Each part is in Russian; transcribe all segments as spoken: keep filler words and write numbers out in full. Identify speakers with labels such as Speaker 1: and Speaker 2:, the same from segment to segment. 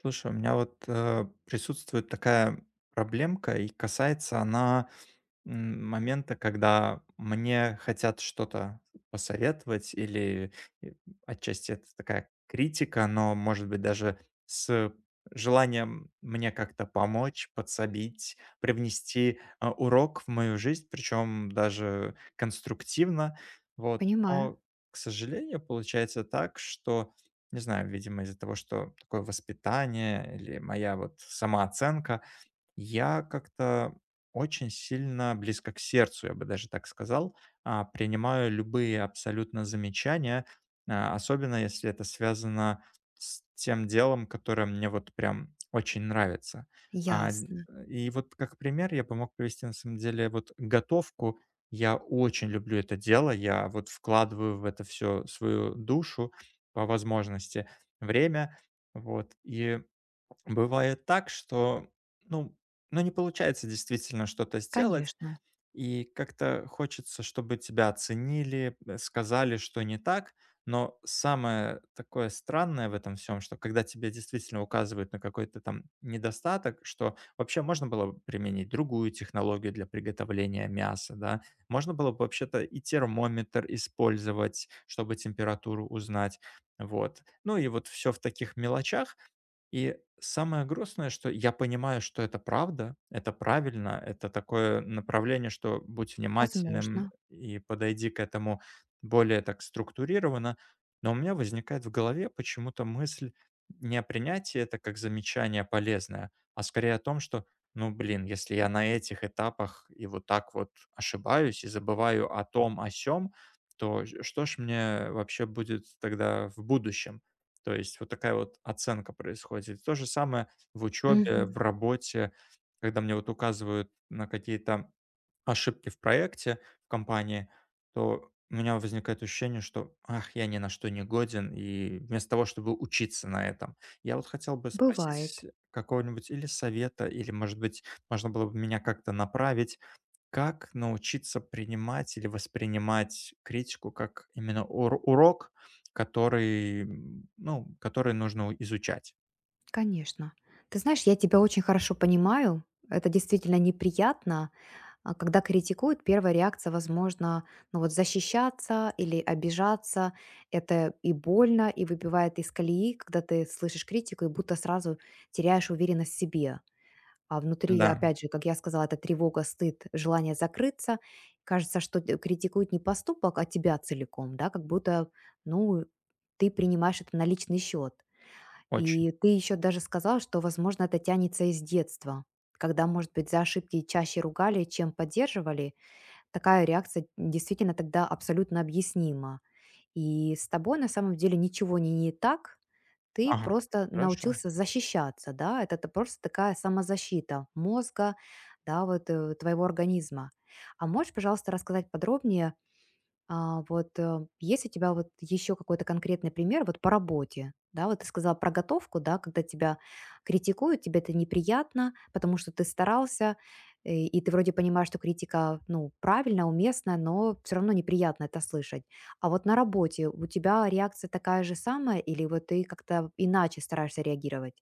Speaker 1: Слушай, у меня вот э, присутствует такая проблемка, и касается она м, момента, когда мне хотят что-то посоветовать или э, отчасти это такая критика, но, может быть, даже с желанием мне как-то помочь, подсобить, привнести а, урок в мою жизнь, причем даже конструктивно. Вот.
Speaker 2: Понимаю.
Speaker 1: Но, к сожалению, получается так, что, не знаю, видимо, из-за того, что такое воспитание или моя вот самооценка, я как-то очень сильно близко к сердцу, я бы даже так сказал, а, принимаю любые абсолютно замечания, а, особенно если это связано с тем делом, которое мне вот прям очень нравится. А, д-
Speaker 2: Ясно.
Speaker 1: И вот как пример я бы мог привести на самом деле вот готовку. Я очень люблю это дело, я вот вкладываю в это все свою душу по возможности, время, вот, и Бывает так, что, ну, ну, не получается действительно что-то сделать,
Speaker 2: Конечно.
Speaker 1: и как-то хочется, чтобы тебя оценили, э, сказали, что не так. Но самое такое странное в этом всем, что когда тебе действительно указывают на какой-то там недостаток, что вообще можно было бы применить другую технологию для приготовления мяса, да, можно было бы вообще-то и термометр использовать, чтобы температуру узнать, вот. Ну и вот все в таких мелочах, и самое грустное, что я понимаю, что это правда, это правильно, это такое направление, что будь внимательным
Speaker 2: Возможно.
Speaker 1: и подойди к этому более так структурированно. Но у меня возникает в голове почему-то мысль не о принятии это как замечание полезное, а скорее о том, что, ну блин, если я на этих этапах и вот так вот ошибаюсь и забываю о том, о сём, то ж- что ж мне вообще будет тогда в будущем? То есть вот такая вот оценка происходит. То же самое в учебе, в
Speaker 2: Мгм.
Speaker 1: работе, когда мне вот указывают на какие-то ошибки в проекте, в компании, то у меня возникает ощущение, что ах, я ни на что не годен, и вместо того, чтобы учиться на этом. Я вот хотел бы
Speaker 2: Бывает.
Speaker 1: спросить какого-нибудь или совета, или, может быть, можно было бы меня как-то направить, как научиться принимать или воспринимать критику как именно ур урок, который, м, ну, который нужно у изучать?
Speaker 2: Конечно. Ты знаешь, я тебя очень хорошо понимаю. Это действительно неприятно, а, когда критикуют, первая реакция, возможно, ну вот защищаться или обижаться. Это и больно, и выбивает из колеи, когда ты слышишь критику, и будто сразу теряешь уверенность в себе. А внутри,
Speaker 1: Да,
Speaker 2: опять же, как я сказала, это тревога, стыд, желание закрыться. Кажется, что т- критикуют не поступок, а тебя целиком, да, как будто, ну, ты принимаешь это на личный счет.
Speaker 1: очень.
Speaker 2: И ты еще даже сказала, что, возможно, это тянется из детства, когда, может быть, за ошибки чаще ругали, чем поддерживали. Такая реакция действительно тогда абсолютно объяснима. И с тобой на самом деле ничего не не так. Ты
Speaker 1: Ага,
Speaker 2: просто
Speaker 1: хорошо.
Speaker 2: научился защищаться, да, это т- просто такая самозащита мозга, да, вот э, твоего организма. А можешь, пожалуйста, рассказать подробнее, а, вот, э, есть у тебя вот еще какой-то конкретный пример вот по работе? Да, вот ты сказала про готовку, да, когда тебя критикуют, тебе это неприятно, потому что ты старался, э, и ты вроде понимаешь, что критика, ну, правильно, уместная, но все равно неприятно это слышать. А вот на работе у тебя реакция такая же самая, или вот ты как-то иначе стараешься реагировать?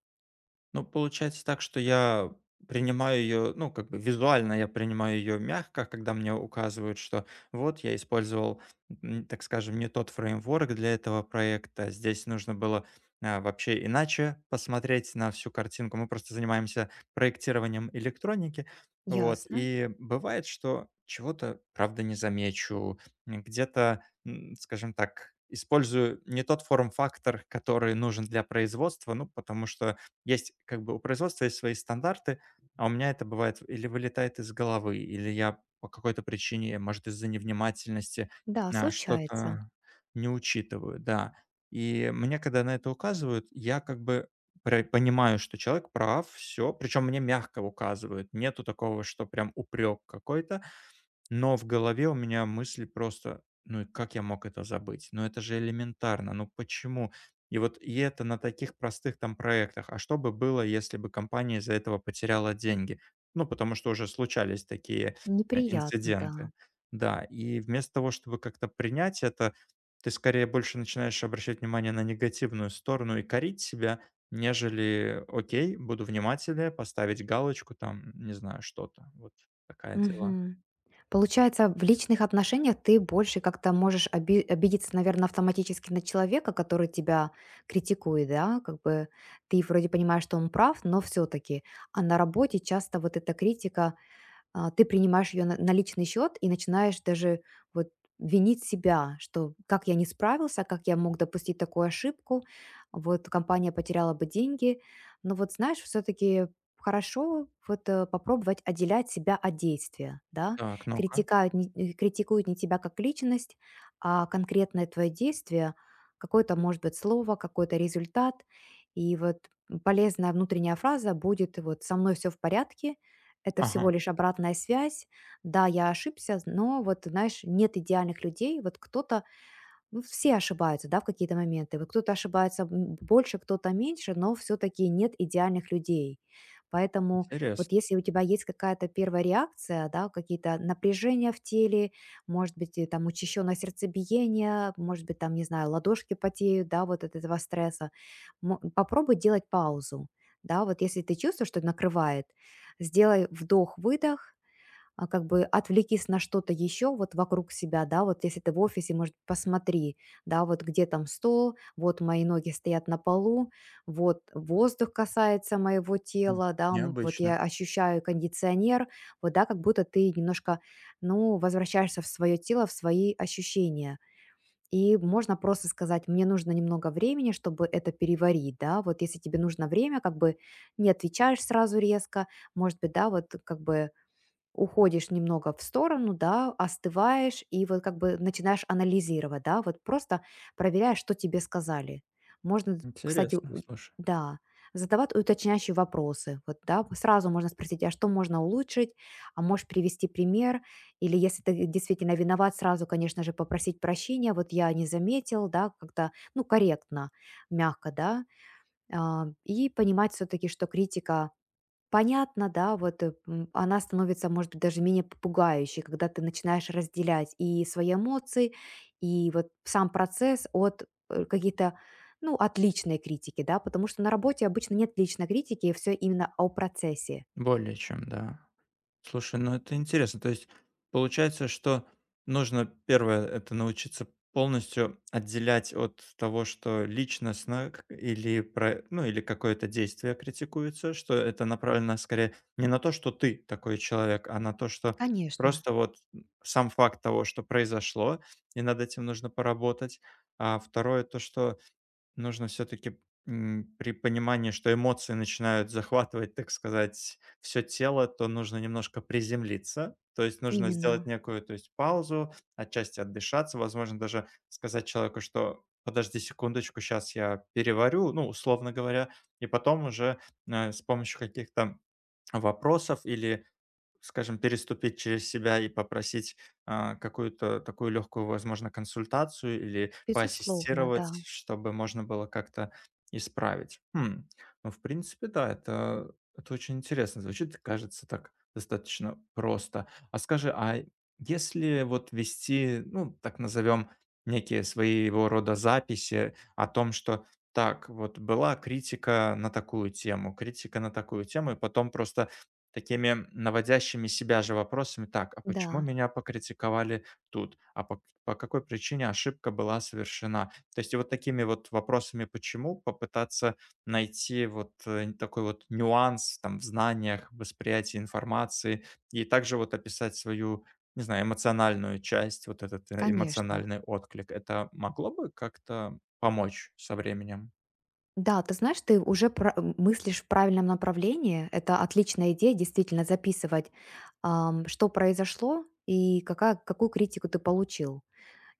Speaker 1: Ну, получается так, что я принимаю ее, ну, как бы визуально я принимаю ее мягко, когда мне указывают, что вот я использовал, м, так скажем, не тот фреймворк для этого проекта, здесь нужно было а, вообще иначе посмотреть на всю картинку. Мы просто занимаемся проектированием электроники, вот,
Speaker 2: Ясно.
Speaker 1: и бывает, что чего-то, правда, не замечу, м, где-то, м, скажем так, использую не тот форм-фактор, который нужен для производства, ну, потому что есть как бы у производства есть свои стандарты, а у меня это бывает или вылетает из головы, или я по какой-то причине, может, из-за невнимательности,
Speaker 2: Да,
Speaker 1: а,
Speaker 2: случается.
Speaker 1: что-то не учитываю, да. И мне, когда на это указывают, я как бы пр понимаю, что человек прав, все. Причем мне мягко указывают. Нету такого, что прям упрек какой-то. Но в голове у меня мысли просто: "Ну и как я мог это забыть? Ну это же элементарно, ну почему?" И вот и это на таких простых там проектах. А что бы было, если бы компания из-за этого потеряла деньги? Ну, потому что уже случались такие, э,
Speaker 2: Неприятно, да.
Speaker 1: инциденты. Да, и вместо того, чтобы как-то принять это, ты скорее больше начинаешь обращать внимание на негативную сторону и корить себя, нежели: "Окей, буду внимательнее, поставить галочку", там, не знаю, что-то. Вот такая дела.
Speaker 2: Мгм. Получается, в личных отношениях ты больше как-то можешь оби- обидеться, наверное, автоматически на человека, который тебя критикует, да, как бы ты вроде понимаешь, что он прав, но все-таки. А на работе часто вот эта критика, а, ты принимаешь ее на, на личный счет и начинаешь даже вот винить себя, что как я не справился, как я мог допустить такую ошибку, вот компания потеряла бы деньги. Но вот знаешь, все-таки хорошо вот э, попробовать отделять себя от действия, да,
Speaker 1: Так, ну-ка.
Speaker 2: критикают, не- э, критикуют не тебя как личность, а конкретное твое действие, какое-то, может быть, слово, какой-то результат, и вот полезная внутренняя фраза будет вот «со мной все в порядке», это всего
Speaker 1: Ага,
Speaker 2: лишь обратная связь. Да, я ошибся, но вот, знаешь, нет идеальных людей. Вот кто-то ну, все ошибаются, да, в какие-то моменты. Вот кто-то ошибается м, больше, кто-то меньше, но все-таки нет идеальных людей. Поэтому вот
Speaker 1: интересно.
Speaker 2: если у тебя есть какая-то первая реакция, да, какие-то напряжения в теле, может быть, и там учащенное сердцебиение, может быть, там, не знаю, ладошки потеют, да, вот от этого стресса, мо- попробуй делать паузу. Да, вот если ты чувствуешь, что накрывает, сделай вдох-выдох, а, как бы отвлекись на что-то еще вот вокруг себя, да, вот если ты в офисе, может, посмотри, да, вот где там стол, вот мои ноги стоят на полу, вот воздух касается моего
Speaker 1: М,
Speaker 2: тела, да, м, вот
Speaker 1: необычно.
Speaker 2: я ощущаю кондиционер, вот, да, как будто ты немножко, ну, возвращаешься в свое тело, в свои ощущения. И можно просто сказать, мне нужно немного времени, чтобы это переварить, да, вот если тебе нужно время, как бы не отвечаешь сразу резко, может быть, да, вот как бы уходишь немного в сторону, да, остываешь и вот как бы начинаешь анализировать, да, вот просто проверяешь, что тебе сказали. Можно, кстати,
Speaker 1: Интересно,
Speaker 2: у-
Speaker 1: слушай.
Speaker 2: да, задавать уточняющие вопросы. Вот, да, сразу можно спросить, а что можно улучшить, а можешь привести пример, или если ты действительно виноват, сразу, конечно же, попросить прощения, вот я не заметил, да, как-то, ну, корректно, мягко, да, а, и понимать все-таки, что критика понятно, да, вот э, м, она становится, может быть, даже менее п- пугающей, когда ты начинаешь разделять и свои эмоции, и вот сам процесс от э, каких-то, ну, от личной критики, да, потому что на работе обычно нет личной критики, все именно о процессе.
Speaker 1: Более чем, да. Слушай, ну это интересно. То есть получается, что нужно первое- это научиться полностью отделять от того, что личностно к или про ну, или какое-то действие критикуется, что это направлено скорее не на то, что ты такой человек, а на то, что
Speaker 2: Конечно,
Speaker 1: просто вот, сам факт того, что произошло, и над этим нужно поработать. А второе- то, что Нужно все-таки при понимании, что эмоции начинают захватывать, так сказать, все тело, то нужно немножко приземлиться. То есть нужно сделать
Speaker 2: именно,
Speaker 1: некую, то есть паузу, отчасти отдышаться, возможно, даже сказать человеку, что подожди секундочку, сейчас я переварю, ну, условно говоря, и потом уже э, с помощью каких-то вопросов или Скажем, переступить через себя и попросить, а, какую-то такую легкую, возможно, консультацию или
Speaker 2: безусловно, да,
Speaker 1: поассистировать, чтобы можно было как-то исправить. Хм, ну, в принципе, да, это это очень интересно звучит, кажется, так достаточно просто. А скажи, а если вот вести, ну, так назовем, некие своего рода записи о том, что так, вот была критика на такую тему, критика на такую тему, и потом просто Такими наводящими себя же вопросами: "Так, а почему
Speaker 2: да,
Speaker 1: меня покритиковали тут? А по по какой причине ошибка была совершена?" То есть и вот такими вот вопросами "почему" попытаться найти вот, э, такой вот нюанс там в знаниях, восприятии информации и также вот описать свою, не знаю, эмоциональную часть, вот этот, э,
Speaker 2: конечно.
Speaker 1: эмоциональный отклик. Это могло бы как-то помочь со временем?
Speaker 2: Да, ты знаешь, ты уже пра- мыслишь в правильном направлении. Это отличная идея, действительно, записывать, ам, что произошло и какая, какую критику ты получил.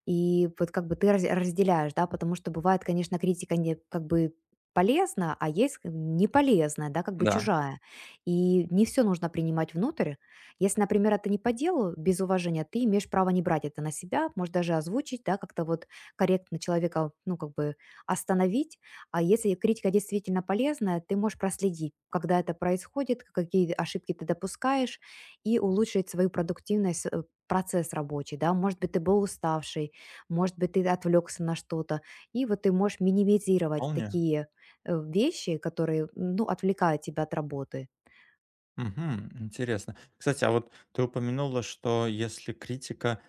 Speaker 2: И вот как бы ты раз разделяешь, да, потому что бывает, конечно, критика не как бы полезна, а есть к не полезная, да, как бы
Speaker 1: Да.
Speaker 2: чужая. И не все нужно принимать внутрь. Если, например, это не по делу, без уважения, ты имеешь право не брать это на себя, можешь даже озвучить, да, как-то вот корректно человека, ну, как бы остановить. А если критика действительно полезная, ты можешь проследить, когда это происходит, какие ошибки ты допускаешь, и улучшить свою продуктивность, э, процесс рабочий, да. Может быть, ты был уставший, может быть, ты отвлекся на что-то. И вот ты можешь минимизировать
Speaker 1: Вполне.
Speaker 2: такие э, вещи, которые, ну, отвлекают тебя от работы.
Speaker 1: Мгм. Интересно. Кстати, а вот ты упомянула, что если критика,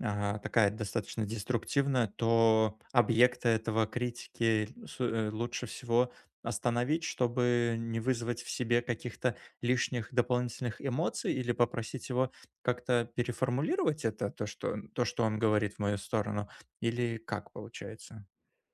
Speaker 1: а, такая достаточно деструктивная, то объекта этого критики с э, лучше всего остановить, чтобы не вызвать в себе каких-то лишних дополнительных эмоций, или попросить его как-то переформулировать это, то, что то, что он говорит в мою сторону, или как получается?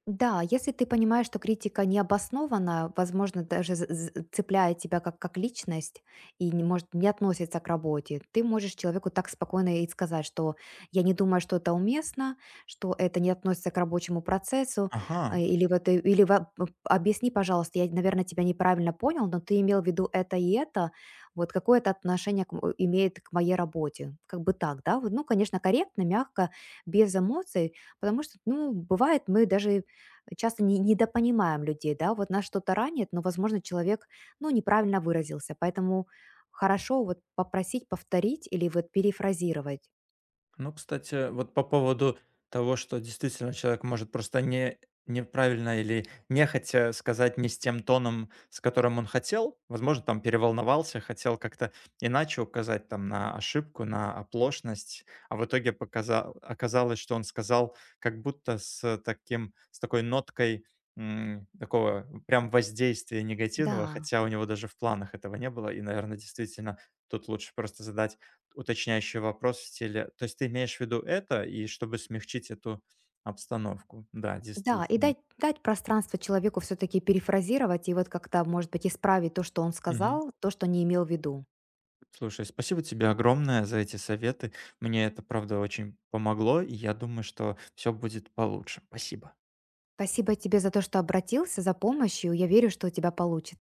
Speaker 2: Да, если ты понимаешь, что критика необоснованна, возможно, даже з- з- цепляет тебя как, как личность и не, может, не относится к работе, ты можешь человеку так спокойно и сказать, что я не думаю, что это уместно, что это не относится к рабочему процессу, а,
Speaker 1: Ага.
Speaker 2: или, вот, ты- или во- п- объясни, пожалуйста, я, наверное, тебя неправильно понял, но ты имел в виду это и это, вот какое это отношение к м- имеет к моей работе, как бы так, да, вот, ну, конечно, корректно, мягко, без эмоций, потому что, ну, бывает, мы даже часто не недопонимаем людей, да, вот нас что-то ранит, но, возможно, человек, ну, неправильно выразился, поэтому хорошо вот попросить повторить или вот перефразировать.
Speaker 1: Ну, кстати, вот по поводу того, что действительно человек может просто не неправильно или нехотя сказать не с тем тоном, с которым он хотел. Возможно, там переволновался, хотел как-то иначе указать там на ошибку, на оплошность, а в итоге показа оказалось, что он сказал как будто с таким с такой ноткой, м, такого прям воздействия
Speaker 2: Да,
Speaker 1: негативного, хотя у него даже в планах этого не было. И, наверное, действительно, тут лучше просто задать Уточняющий вопрос в стиле то есть ты имеешь в виду это, и чтобы смягчить эту обстановку? Да,
Speaker 2: да, и
Speaker 1: действительно.
Speaker 2: дать, дать пространство человеку все-таки перефразировать и вот как-то, может быть, исправить то, что он
Speaker 1: Мгм.
Speaker 2: сказал, то, что не имел в виду.
Speaker 1: Слушай, спасибо тебе огромное за эти советы. Мне это, правда, очень помогло, и я думаю, что все будет получше. Спасибо.
Speaker 2: Спасибо тебе за то, что обратился за помощью. Я верю, что у тебя получится.